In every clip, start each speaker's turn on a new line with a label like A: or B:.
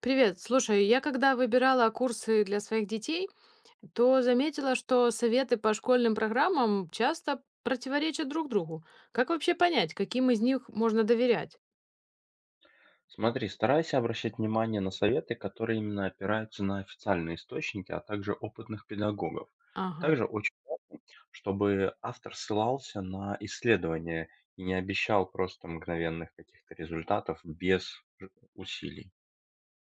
A: Привет. Слушай, я когда выбирала курсы для своих детей, то заметила, что советы по школьным программам часто противоречат друг другу. Как вообще понять, каким из них можно доверять?
B: Смотри, старайся обращать внимание на советы, которые именно опираются на официальные источники, а также опытных педагогов.
A: Ага.
B: Также очень важно, чтобы автор ссылался на исследования и не обещал просто мгновенных каких-то результатов без усилий.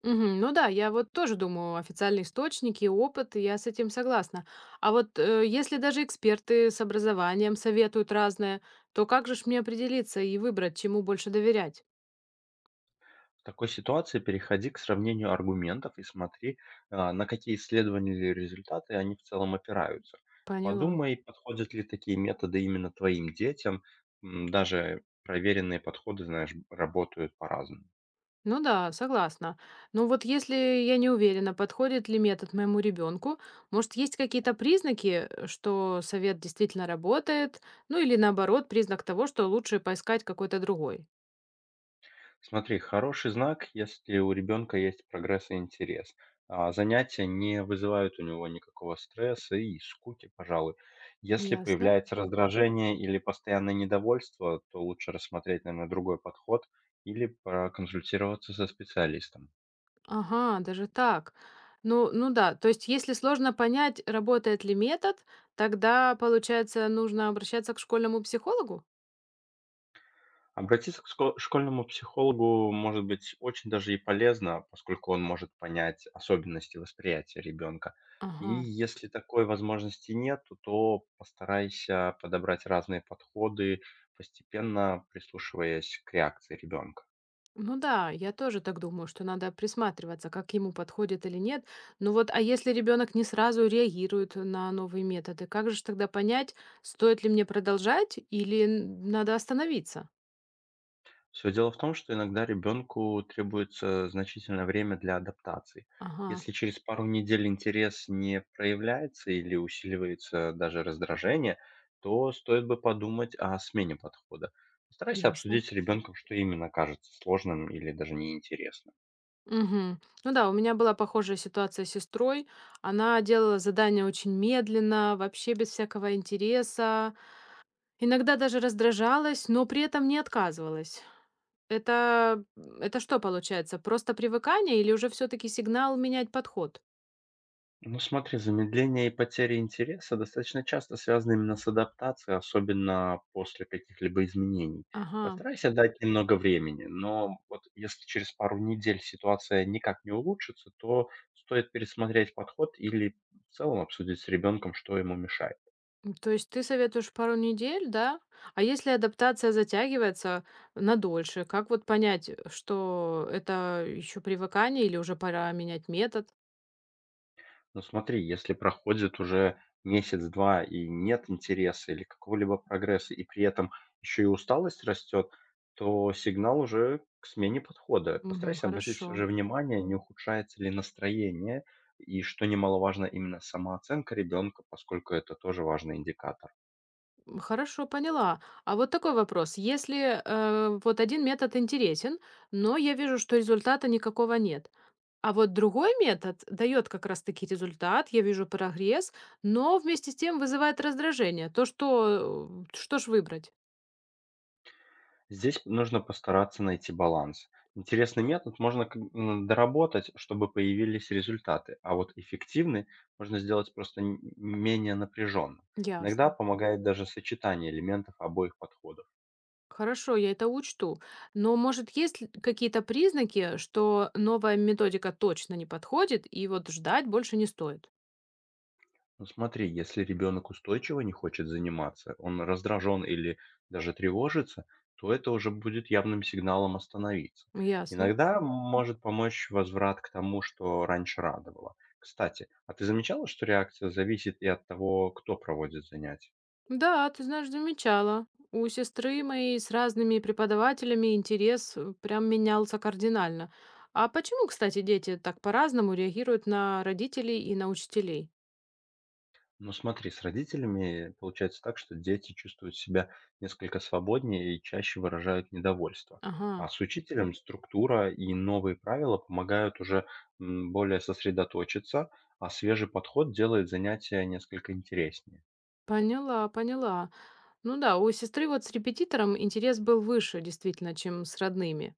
A: Мгм. Ну да, я вот тоже думаю, официальные источники, опыт, и я с этим согласна. А вот если даже эксперты с образованием советуют разное, то как же ж мне определиться и выбрать, чему больше доверять?
B: В такой ситуации переходи к сравнению аргументов и смотри, на какие исследования или результаты они в целом опираются.
A: Поняла.
B: Подумай, подходят ли такие методы именно твоим детям. Даже проверенные подходы, знаешь, работают по-разному.
A: Ну да, согласна. Но вот если я не уверена, подходит ли метод моему ребенку, может, есть какие-то признаки, что совет действительно работает, ну или наоборот, признак того, что лучше поискать какой-то другой.
B: Смотри, хороший знак, если у ребенка есть прогресс и интерес. Занятия не вызывают у него никакого стресса и скуки, пожалуй. Если
A: Ясно.
B: появляется раздражение или постоянное недовольство, то лучше рассмотреть, наверное, другой подход или проконсультироваться со специалистом.
A: Ага, даже так. Ну да, то есть если сложно понять, работает ли метод, тогда, получается, нужно обращаться к школьному психологу?
B: Обратиться к ско школьному психологу может быть очень даже и полезно, поскольку он может понять особенности восприятия ребенка. И
A: Ага.
B: если такой возможности нет, то постарайся подобрать разные подходы, постепенно прислушиваясь к реакции ребенка.
A: Ну да, я тоже так думаю, что надо присматриваться, как ему подходит или нет. Ну вот, а если ребенок не сразу реагирует на новые методы, как же ж тогда понять, стоит ли мне продолжать или надо остановиться?
B: Все дело в том, что иногда ребенку требуется значительное время для адаптации.
A: Ага,
B: Если через пару недель интерес не проявляется или усиливается даже раздражение, то стоит бы подумать о смене подхода. Постарайся
A: ясно.
B: обсудить с ребенком, что именно кажется сложным или даже неинтересным.
A: Мгм. Ну да, у меня была похожая ситуация с сестрой. Она делала задания очень медленно, вообще без всякого интереса. Иногда даже раздражалась, но при этом не отказывалась. Это, это что получается? Просто привыкание или уже все-таки сигнал менять подход?
B: Ну смотри, замедление и потеря интереса достаточно часто связаны именно с адаптацией, особенно после каких-либо изменений.
A: Ага.
B: Постарайся дать немного времени, но вот если через пару недель ситуация никак не улучшится, то стоит пересмотреть подход или в целом обсудить с ребенком, что ему мешает.
A: То есть ты советуешь пару недель, да? А если адаптация затягивается на дольше, как вот понять, что это еще привыкание или уже пора менять метод?
B: Ну смотри, если проходит уже месяц-два и нет интереса или какого-либо прогресса, и при этом еще и усталость растет, то сигнал уже к смене подхода.
A: Мгм,
B: Постарайся обратить всё
A: хорошо.
B: же внимание, не ухудшается ли настроение, и, что немаловажно, именно самооценка ребенка, поскольку это тоже важный индикатор.
A: Хорошо, поняла. А вот такой вопрос. Если вот один метод интересен, но я вижу, что результата никакого нет, а вот другой метод дает как раз-таки результат, я вижу прогресс, но вместе с тем вызывает раздражение. То, что что ж выбрать?
B: Здесь нужно постараться найти баланс. Интересный метод можно как бы, доработать, чтобы появились результаты, а вот эффективный можно сделать просто менее напряженным. Иногда
A: Ясно.
B: помогает даже сочетание элементов обоих подходов.
A: Хорошо, я это учту. Но, может, есть ли какие-то признаки, что новая методика точно не подходит, и вот ждать больше не стоит?
B: Ну смотри, если ребенок устойчиво не хочет заниматься, он раздражен или даже тревожится, то это уже будет явным сигналом остановиться.
A: Ясно.
B: Иногда может помочь возврат к тому, что раньше радовало. Кстати, а ты замечала, что реакция зависит и от того, кто проводит занятия?
A: Да, ты знаешь, замечала. У сестры моей с разными преподавателями интерес прям менялся кардинально. А почему, кстати, дети так по-разному реагируют на родителей и на учителей?
B: Ну смотри, с родителями получается так, что дети чувствуют себя несколько свободнее и чаще выражают недовольство.
A: Ага,
B: А с учителем структура и новые правила помогают уже более сосредоточиться, а свежий подход делает занятия несколько интереснее.
A: поняла, поняла. Ну да, у сестры вот с репетитором интерес был выше, действительно, чем с родными.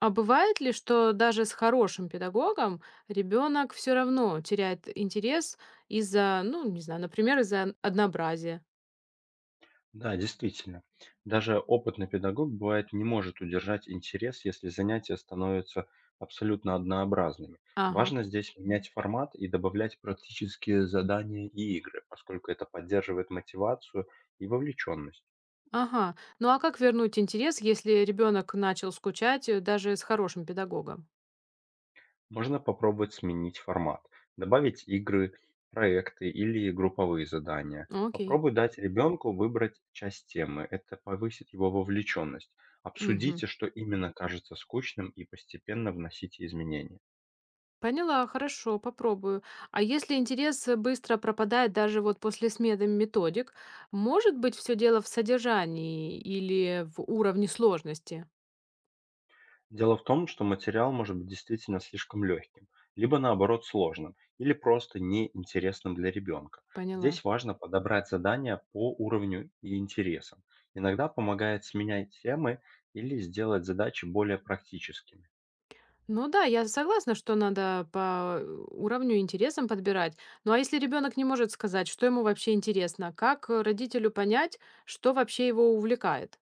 A: А бывает ли, что даже с хорошим педагогом ребенок все равно теряет интерес из-за, ну, не знаю, например, из-за однообразия?
B: Да, действительно. Даже опытный педагог, бывает, не может удержать интерес, если занятия становятся абсолютно однообразными.
A: Ага.
B: Важно здесь менять формат и добавлять практические задания и игры, поскольку это поддерживает мотивацию и вовлеченность.
A: Ага. Ну а как вернуть интерес, если ребенок начал скучать даже с хорошим педагогом?
B: Можно попробовать сменить формат, добавить игры, проекты или групповые задания.
A: Окей.
B: Попробуй дать ребенку выбрать часть темы, это повысит его вовлеченность.
A: Мгм.
B: Обсудите, что именно кажется скучным, и постепенно вносите изменения.
A: Поняла, хорошо, попробую. А если интерес быстро пропадает даже вот после смены методик, может быть все дело в содержании или в уровне сложности?
B: Дело в том, что материал может быть действительно слишком легким, либо наоборот сложным, или просто неинтересным для ребенка.
A: Поняла.
B: Здесь важно подобрать задания по уровню и интересам. Иногда помогает сменять темы или сделать задачи более практическими.
A: Ну да, я согласна, что надо по уровню интересам подбирать. Ну а если ребенок не может сказать, что ему вообще интересно, как родителю понять, что вообще его увлекает?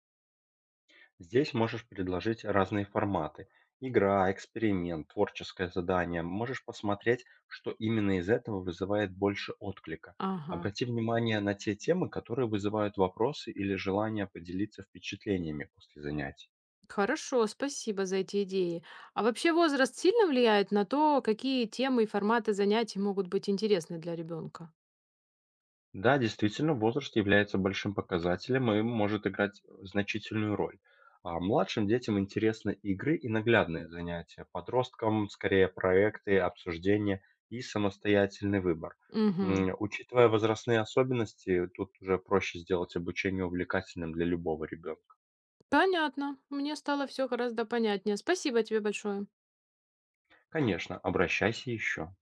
B: Здесь можешь предложить разные форматы. Игра, эксперимент, творческое задание. Можешь посмотреть, что именно из этого вызывает больше отклика.
A: Ага.
B: Обрати внимание на те темы, которые вызывают вопросы или желание поделиться впечатлениями после занятий.
A: Хорошо, спасибо за эти идеи. А вообще возраст сильно влияет на то, какие темы и форматы занятий могут быть интересны для ребенка?
B: Да, действительно, возраст является большим показателем и может играть значительную роль. А младшим детям интересны игры и наглядные занятия, подросткам скорее проекты, обсуждения и самостоятельный выбор.
A: Угу.
B: Учитывая возрастные особенности, тут уже проще сделать обучение увлекательным для любого ребенка.
A: Понятно. Мне стало все гораздо понятнее. Спасибо тебе большое.
B: Конечно, обращайся еще.